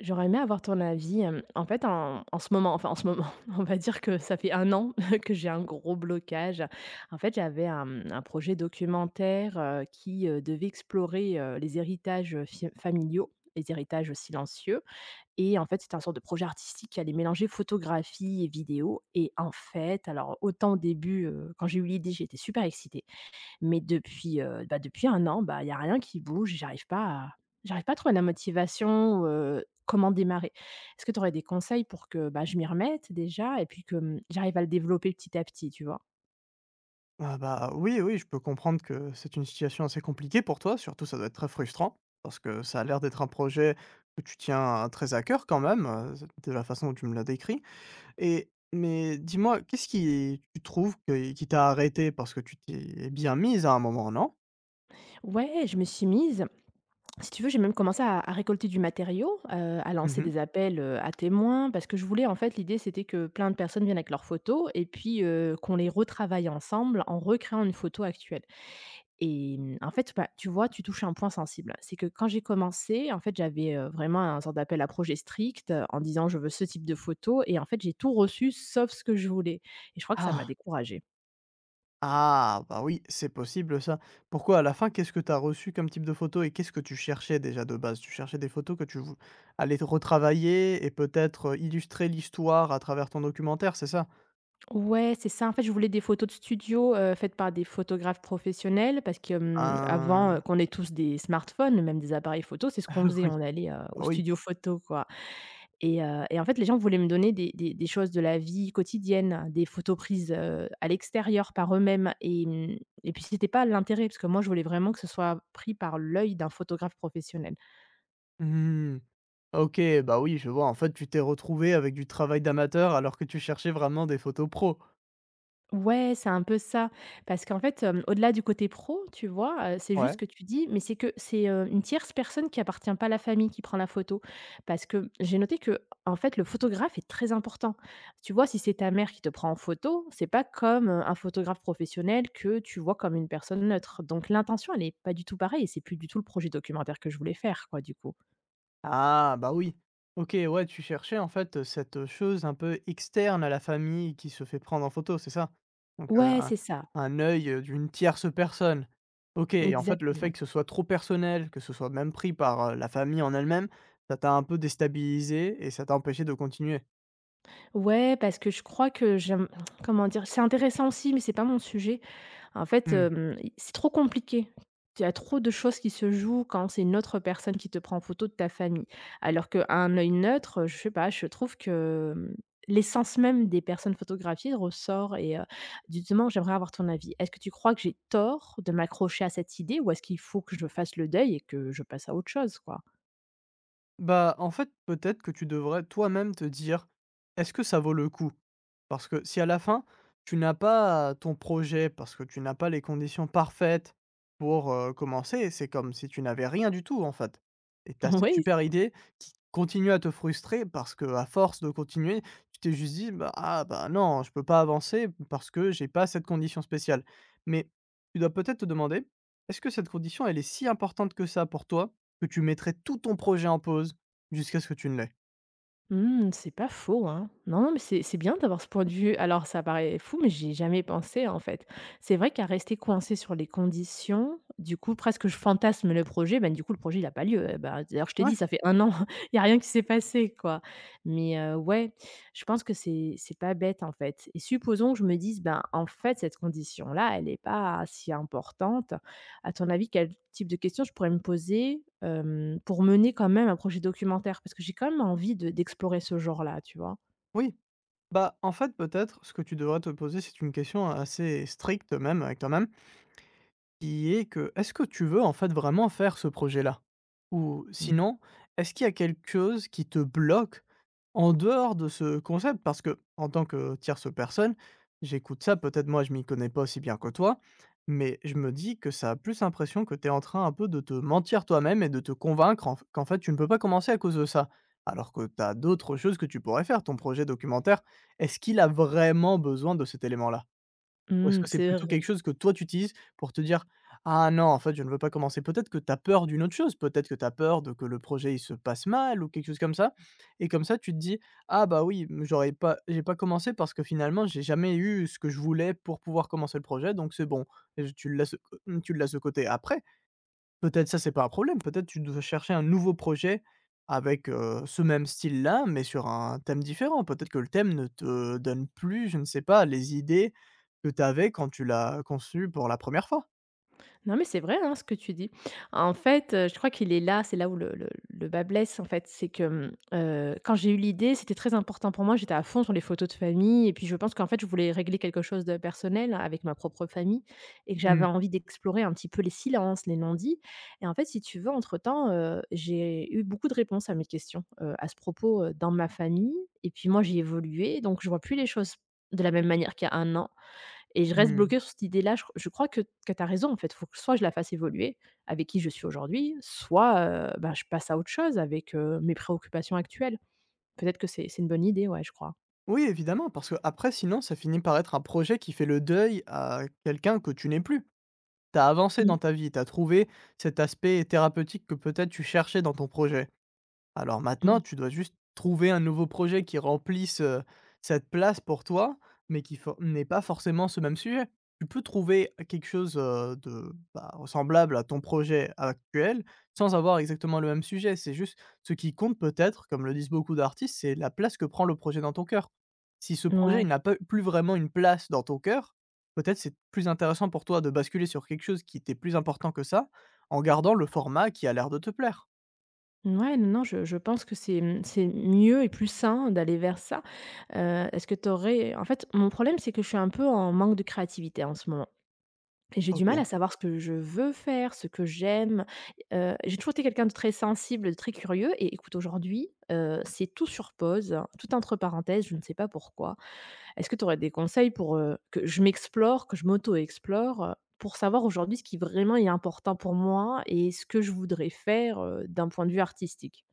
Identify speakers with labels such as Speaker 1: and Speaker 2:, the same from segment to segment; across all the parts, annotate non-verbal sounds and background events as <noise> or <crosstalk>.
Speaker 1: J'aurais aimé avoir ton avis. Hem, en fait, en en ce moment, <laughs> on va dire que ça fait un an <laughs> que j'ai un gros blocage. En fait, j'avais un projet documentaire, qui, devait explorer, les héritages, familiaux, les héritages silencieux. Et en fait, c'est un sorte de projet artistique qui allait mélanger photographie et vidéo. Et en fait, alors autant au début, quand j'ai eu l'idée, j'étais super excitée, mais depuis, bah, depuis un an, bah, il y a rien qui bouge. J'arrive pas à trouver la motivation, comment démarrer. Est-ce que tu aurais des conseils pour que, bah, je m'y remette déjà et puis que, mmh, j'arrive à le développer petit à petit, tu vois?
Speaker 2: Ah bah, oui, oui, je peux comprendre que c'est une situation assez compliquée pour toi, surtout ça doit être très frustrant, parce que ça a l'air d'être un projet que tu tiens très à cœur quand même, de la façon dont tu me l'as décrit et mais dis-moi, qu'est-ce qui tu trouves que qui t'a arrêté parce que tu t'y es bien mise à un moment, non?
Speaker 1: Ouais, je me suis mise, si tu veux, j'ai même commencé à récolter du matériau, à lancer
Speaker 2: Mmh.
Speaker 1: des appels, à témoins parce que je voulais, en fait, l'idée c'était que plein de personnes viennent avec leurs photos et puis, qu'on les retravaille ensemble en recréant une photo actuelle. Et mmh, en fait, bah, tu vois, tu touches un point sensible. C'est que quand j'ai commencé, en fait, j'avais, vraiment un sorte d'appel à projet strict, en disant: «Je veux ce type de photo», et en fait, j'ai tout reçu sauf ce que je voulais, et je crois que ça m'a
Speaker 2: Mh.
Speaker 1: découragée.
Speaker 2: Ah, bah oui, c'est possible ça. Pourquoi à la fin, qu'est-ce que tu as reçu comme type de photo et qu'est-ce que tu cherchais déjà de base? Tu cherchais des photos que tu allais te retravailler et peut-être illustrer l'histoire à travers ton documentaire, c'est ça?
Speaker 1: Ouais, c'est ça. En fait, je voulais des photos de studio, faites par des photographes professionnels parce que, mmh, avant,
Speaker 2: Ah,
Speaker 1: qu'on ait tous des smartphones, même des appareils photo, c'est ce qu'on
Speaker 2: <laughs>
Speaker 1: faisait.
Speaker 2: oui,
Speaker 1: On allait, au
Speaker 2: bah oui.
Speaker 1: studio photo, quoi. Et en fait, les gens voulaient me donner des choses de la vie quotidienne, des photos prises, à l'extérieur par eux-mêmes, et mmh et puis c'était pas l'intérêt parce que moi, je voulais vraiment que ce soit pris par l'œil d'un photographe professionnel.
Speaker 2: Hmm. OK, bah oui, je vois. En fait, tu t'es retrouvé avec du travail d'amateur alors que tu cherchais vraiment des photos pro.
Speaker 1: Ouais, c'est un peu ça. Parce qu'en fait, au-delà du côté pro, tu vois? C'est
Speaker 2: Ouais.
Speaker 1: juste que tu dis, mais c'est que c'est, une tierce personne qui appartient pas à la famille qui prend la photo. Parce que j'ai noté que, en fait, le photographe est très important. Tu vois? Si c'est ta mère qui te prend en photo, c'est pas comme, un photographe professionnel que tu vois comme une personne neutre. Donc l'intention, elle est pas du tout pareille, et c'est plus du tout le projet documentaire que je voulais faire, quoi, du coup.
Speaker 2: Ah bah oui. OK, ouais, tu cherchais en fait, cette, chose un peu externe à la famille qui se fait prendre en photo, c'est ça? Donc,
Speaker 1: Ouais,
Speaker 2: un
Speaker 1: c'est ça,
Speaker 2: un œil, d'une tierce personne. OK et en fait, le fait
Speaker 1: exactement.
Speaker 2: que ce soit trop personnel, que ce soit même pris par, la famille en elle-même, ça t'a un peu déstabilisé et ça t'a empêché de continuer?
Speaker 1: Ouais, parce que je crois que j'aime, <tsk> comment dire? C'est intéressant aussi, mais c'est pas mon sujet. En fait,
Speaker 2: Mmh.
Speaker 1: hem, i c'est trop compliqué. Il y a trop de choses qui se jouent quand c'est une autre personne qui te prend en photo de ta famille. Alors qu'un œil neutre, je sais pas, je trouve que, l'essence même des personnes photographiées ressort. Justement, j'aimerais avoir ton avis. Est-ce que tu crois que j'ai tort de m'accrocher à cette idée, ou est-ce qu'il faut que je fasse le deuil et que je passe à autre chose, quoi?
Speaker 2: Bah, en fait, peut-être que tu devrais toi-même te dire, est-ce que ça vaut le coup? Parce que si à la fin, tu n'as pas ton projet, parce que tu n'as pas les conditions parfaites pour commencer, c'est comme si tu n'avais rien du tout en fait. Et t'as
Speaker 1: <laughs>
Speaker 2: cette
Speaker 1: Oui.
Speaker 2: super idée qui continue à te frustrer parce que à force de continuer, tu t'es juste dit, bah, ah bah non, je peux pas avancer parce que j'ai pas cette condition spéciale. Mais tu dois peut-être te demander, est-ce que cette condition, elle est si importante que ça pour toi? Que tu mettrais tout ton projet en pause jusqu'à ce que tu ne l'aies?
Speaker 1: Mmh, c'est pas faux, hein. Non, non, mais c'est bien d'avoir ce point de vue. Alors, ça paraît fou, mais j'y ai jamais pensé, en fait. C'est vrai qu'à rester coincé sur les conditions, du coup, presque je fantasme le projet, ben, du coup, le projet, il a pas lieu. Eh ben, d'ailleurs, je t'ai dit,
Speaker 2: Ouais,
Speaker 1: ça fait un an, <laughs> il y a rien qui s'est passé, quoi. Mais ouais, je pense que c'est pas bête, en fait, et supposons que je me dise: «Ben, en fait, cette condition-là, elle est pas si importante». À ton avis, quel type de questions je pourrais me poser, pour mener quand même un projet documentaire? Parce que j'ai quand même envie de d'explorer ce genre-là, tu vois?
Speaker 2: oui. Bah, en fait, peut-être, ce que tu devrais te poser, c'est une question assez stricte même avec toi-même. Qui est que, est-ce que tu veux en fait vraiment faire ce projet-là? Ou sinon,
Speaker 1: Mmh.
Speaker 2: est-ce qu'il y a quelque chose qui te bloque en dehors de ce concept? Parce que en tant que tierce personne, j'écoute ça, peut-être moi je m'y connais pas aussi bien que toi, mais je me dis que ça a plus l'impression que tu es en train un peu de te mentir toi-même et de te convaincre en f qu'en fait tu ne peux pas commencer à cause de ça. Alors que tu as d'autres choses que tu pourrais faire, ton projet documentaire, est-ce qu'il a vraiment besoin de cet élément-là? Ou est-ce
Speaker 1: Mmh,
Speaker 2: que c'est
Speaker 1: c'est
Speaker 2: plutôt quelque
Speaker 1: vrai.
Speaker 2: chose que toi tu utilises pour te dire: «Ah non, en fait, je ne veux pas commencer». Peut-être que tu as peur d'une autre chose, peut-être que tu as peur de que le projet il se passe mal ou quelque chose comme ça et comme ça tu te dis: «Ah bah oui, mmh, j'ai pas commencé parce que finalement j'ai jamais eu ce que je voulais pour pouvoir commencer le projet donc c'est bon». Et je tu le laisses de côté après. Peut-être ça, c'est pas un problème. Peut-être tu dois chercher un nouveau projet avec, ce même style-là, mais sur un thème différent. Peut-être que le thème ne te donne plus, je ne sais pas, les idées que tu avais quand tu l'as conçu pour la première fois.
Speaker 1: Non, mais c'est vrai, hein, ce que tu dis. En fait, je crois qu'il est là, c'est là où le bât blesse, en fait. C'est que, mmh, quand j'ai eu l'idée, c'était très important pour moi. J'étais à fond sur les photos de famille, et puis je pense qu'en fait, je voulais régler quelque chose de personnel avec ma propre famille et que j'avais
Speaker 2: Mmh,
Speaker 1: envie d'explorer un petit peu les silences, les non-dits. Et en fait, si tu veux, entre-temps, j'ai eu beaucoup de réponses à mes questions, à ce propos, dans ma famille, et puis moi, j'ai évolué, donc je vois plus les choses de la même manière qu'il y a un an. Et je reste
Speaker 2: mmh.
Speaker 1: bloquée sur cette idée-là. Je crois que tu as raison, en fait. Faut que soit je la fasse évoluer avec qui je suis aujourd'hui, soit, bah, je passe à autre chose avec, mes préoccupations actuelles. Peut-être que c'est une bonne idée, ouais, je crois.
Speaker 2: Oui, évidemment, parce que après sinon ça finit par être un projet qui fait le deuil à quelqu'un que tu n'es plus. Tu as avancé
Speaker 1: Mmh,
Speaker 2: dans ta vie, tu as trouvé cet aspect thérapeutique que peut-être tu cherchais dans ton projet. Alors maintenant,
Speaker 1: mmh.
Speaker 2: tu dois juste trouver un nouveau projet qui remplisse, cette place pour toi, mais qui for n'ait pas forcément ce même sujet. Tu peux trouver quelque chose, de, bah, semblable à ton projet actuel, sans avoir exactement le même sujet. C'est juste ce qui compte peut-être, comme le disent beaucoup d'artistes, c'est la place que prend le projet dans ton cœur. Si ce projet, il
Speaker 1: Ouais.
Speaker 2: n'a pas plus vraiment une place dans ton cœur, peut-être c'est plus intéressant pour toi de basculer sur quelque chose qui était plus important que ça, en gardant le format qui a l'air de te plaire.
Speaker 1: Ouais, non, non, je pense que c'est, mmh, c'est mieux et plus sain d'aller vers ça. Est-ce que tu aurais, en fait, mon problème, c'est que je suis un peu en manque de créativité en ce moment. Et j'ai du mal
Speaker 2: OK.
Speaker 1: à savoir ce que je veux faire, ce que j'aime. J'ai toujours été quelqu'un de très sensible, de très curieux, et écoute aujourd'hui, c'est tout sur pause, hein, tout entre parenthèses, je ne sais pas pourquoi. Est-ce que tu aurais des conseils pour, que je m'explore, que je m'auto-explore, pour savoir aujourd'hui ce qui vraiment est important pour moi et ce que je voudrais faire, d'un point de vue artistique?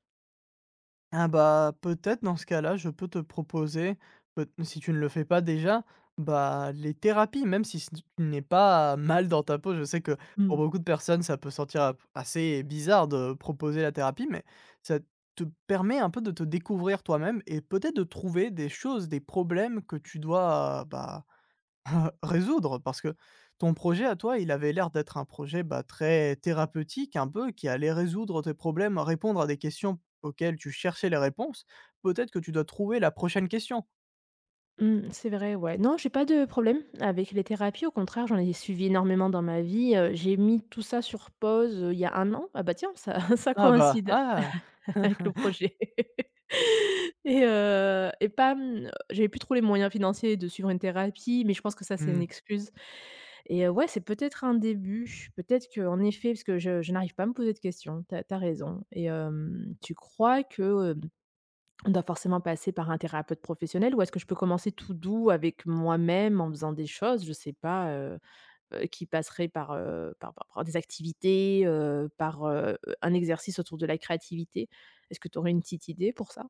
Speaker 2: Ah bah, peut-être dans ce cas-là, je peux te proposer, peut si tu ne le fais pas déjà, bah, les thérapies, même si tu n'es pas mal dans ta peau. Je sais que pour
Speaker 1: Mmh.
Speaker 2: beaucoup de personnes, ça peut sentir a assez bizarre de proposer la thérapie, mais ça te permet un peu de te découvrir toi-même et peut-être de trouver des choses, des problèmes que tu dois, bah résoudre, parce que ton projet à toi, il avait l'air d'être un projet, bah, très thérapeutique un peu, qui allait résoudre tes problèmes, répondre à des questions auxquelles tu cherchais les réponses. Peut-être que tu dois trouver la prochaine question.
Speaker 1: Mmh, c'est vrai, ouais. Non, j'ai pas de problème avec les thérapies, au contraire, j'en ai suivi énormément dans ma vie, j'ai mis tout ça sur pause, il y a un an. Ah bah tiens, ça <laughs> ça
Speaker 2: Ah bah,
Speaker 1: coïncide
Speaker 2: ah!
Speaker 1: avec le projet. <laughs> Et pas, mmh, j'avais plus trop les moyens financiers de suivre une thérapie, mais je pense que ça, c'est une
Speaker 2: Mmh.
Speaker 1: excuse, et ouais, c'est peut-être un début. Peut-être que, en effet, parce que je n'arrive pas à me poser de questions. T'as as raison. Et tu crois que, on doit forcément passer par un thérapeute professionnel, ou est-ce que je peux commencer tout doux avec moi-même en faisant des choses, je sais pas, qui passeraient par, par des activités, par, un exercice autour de la créativité? Est-ce que tu aurais une petite idée pour ça?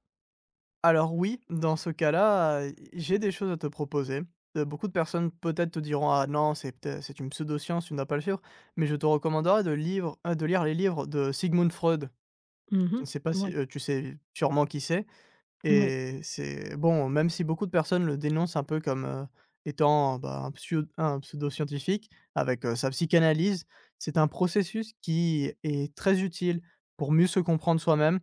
Speaker 2: Alors oui, dans ce cas-là, j'ai des choses à te proposer. Beaucoup de personnes peut-être te diront: «Ah non, c'est peut-ê c'est une pseudo-science, tu ne dois pas le suivre», mais je te recommanderais de lire les livres de Sigmund Freud. Je
Speaker 1: Mmh,
Speaker 2: ne sais pas si,
Speaker 1: oui,
Speaker 2: tu sais sûrement qui c'est.
Speaker 1: oui, moui.
Speaker 2: Et c'est bon, même si beaucoup de personnes le dénoncent un peu comme, étant, bah, un pseudo-scientifique avec, sa psychanalyse, c'est un processus qui est très utile pour mieux se comprendre soi-même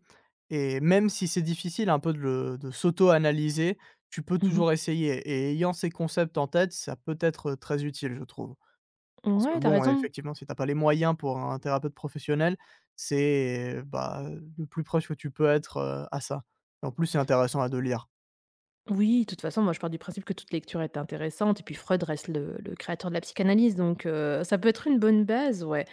Speaker 2: et même si c'est difficile un peu de s'auto-analyser, tu peux
Speaker 1: Mmh.
Speaker 2: toujours essayer et ayant ces concepts en tête, ça peut être, très utile, je trouve. Parce que
Speaker 1: Ouais, tu
Speaker 2: bon,
Speaker 1: raison.
Speaker 2: effectivement, si tu as pas les moyens pour un thérapeute professionnel, c'est, bah, le plus proche que tu peux être, à ça. En plus, c'est intéressant à de lire.
Speaker 1: Oui, de toute façon, moi, je pars du principe que toute lecture est intéressante, et puis Freud reste le créateur de la psychanalyse, donc ça peut être une bonne base, ouais.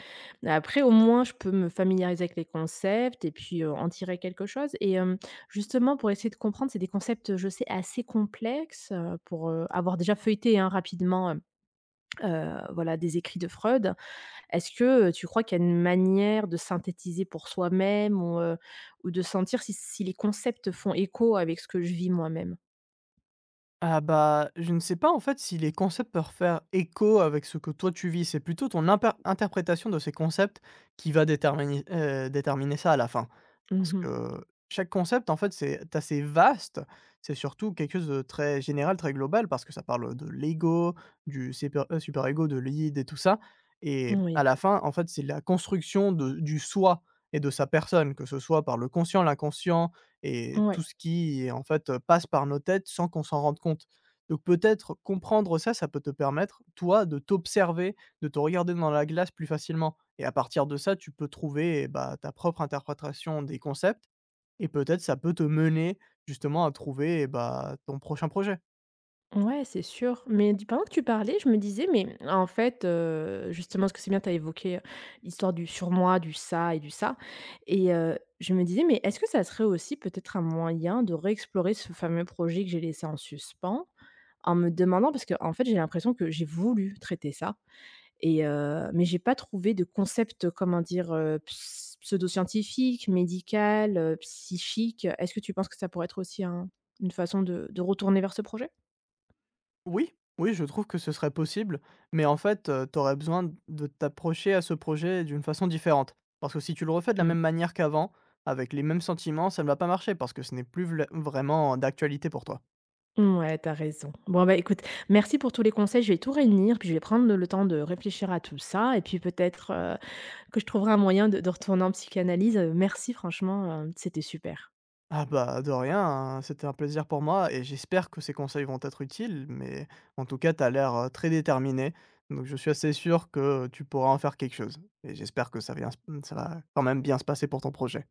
Speaker 1: Après, au moins, je peux me familiariser avec les concepts et puis, en tirer quelque chose. Et justement, pour essayer de comprendre, c'est des concepts, je sais, assez complexes, pour, avoir déjà feuilleté, hein, rapidement, voilà, des écrits de Freud. Est-ce que, tu crois qu'il y a une manière de synthétiser pour soi-même, ou de sentir si les concepts font écho avec ce que je vis moi-même?
Speaker 2: Ah bah, je ne sais pas en fait si les concepts peuvent faire écho avec ce que toi tu vis, c'est plutôt ton interprétation de ces concepts qui va déterminer ça à la fin. Parce
Speaker 1: Mmh.
Speaker 2: que chaque concept en fait c'est assez vaste, c'est surtout quelque chose de très général, très global, parce que ça parle de l'ego, du super-ego, de l'id et tout ça. Et
Speaker 1: Oui,
Speaker 2: à la fin en fait c'est la construction du soi et de sa personne, que ce soit par le conscient, l'inconscient, et tout
Speaker 1: ouais,
Speaker 2: ce qui, en fait, passe par nos têtes sans qu'on s'en rende compte. Donc peut-être comprendre ça, ça peut te permettre, toi, de t'observer, de te regarder dans la glace plus facilement et à partir de ça, tu peux trouver, bah, ta propre interprétation des concepts et peut-être ça peut te mener justement à trouver, bah, ton prochain projet.
Speaker 1: ouais, c'est sûr. Mais du pendant que tu parlais, je me disais, mais en fait, justement, ce que c'est bien, tu as évoqué l'histoire du surmoi, du ça et du ça, et je me disais, mais est-ce que ça serait aussi peut-être un moyen de réexplorer ce fameux projet que j'ai laissé en suspens? En me demandant, parce que en fait, j'ai l'impression que j'ai voulu traiter ça, et mais j'ai pas trouvé de concept, comment dire, ps pseudo-scientifique, médical, psychique. Est-ce que tu penses que ça pourrait être aussi un une façon de retourner vers ce projet?
Speaker 2: Oui, oui, je trouve que ce serait possible, mais en fait, tu aurais besoin de t'approcher à ce projet d'une façon différente. Parce que si tu le refais de la
Speaker 1: Mmh.
Speaker 2: même manière qu'avant, avec les mêmes sentiments, ça ne va pas marcher parce que ce n'est plus vla vraiment d'actualité pour toi.
Speaker 1: Mouais, tu raison. Bon, bah, écoute, merci pour tous les conseils. Je vais tout réunir, puis je vais prendre le temps de réfléchir à tout ça, et puis peut-être, que je trouverai un moyen de retourner en psychanalyse. Merci franchement, c'était super.
Speaker 2: Ah bah, de rien, hein, c'était un plaisir pour moi et j'espère que ces conseils vont être utiles, mais en tout cas, t'as l'air, très déterminé, donc je suis assez sûr que tu pourras en faire quelque chose et j'espère que ça va quand même bien se passer pour ton projet.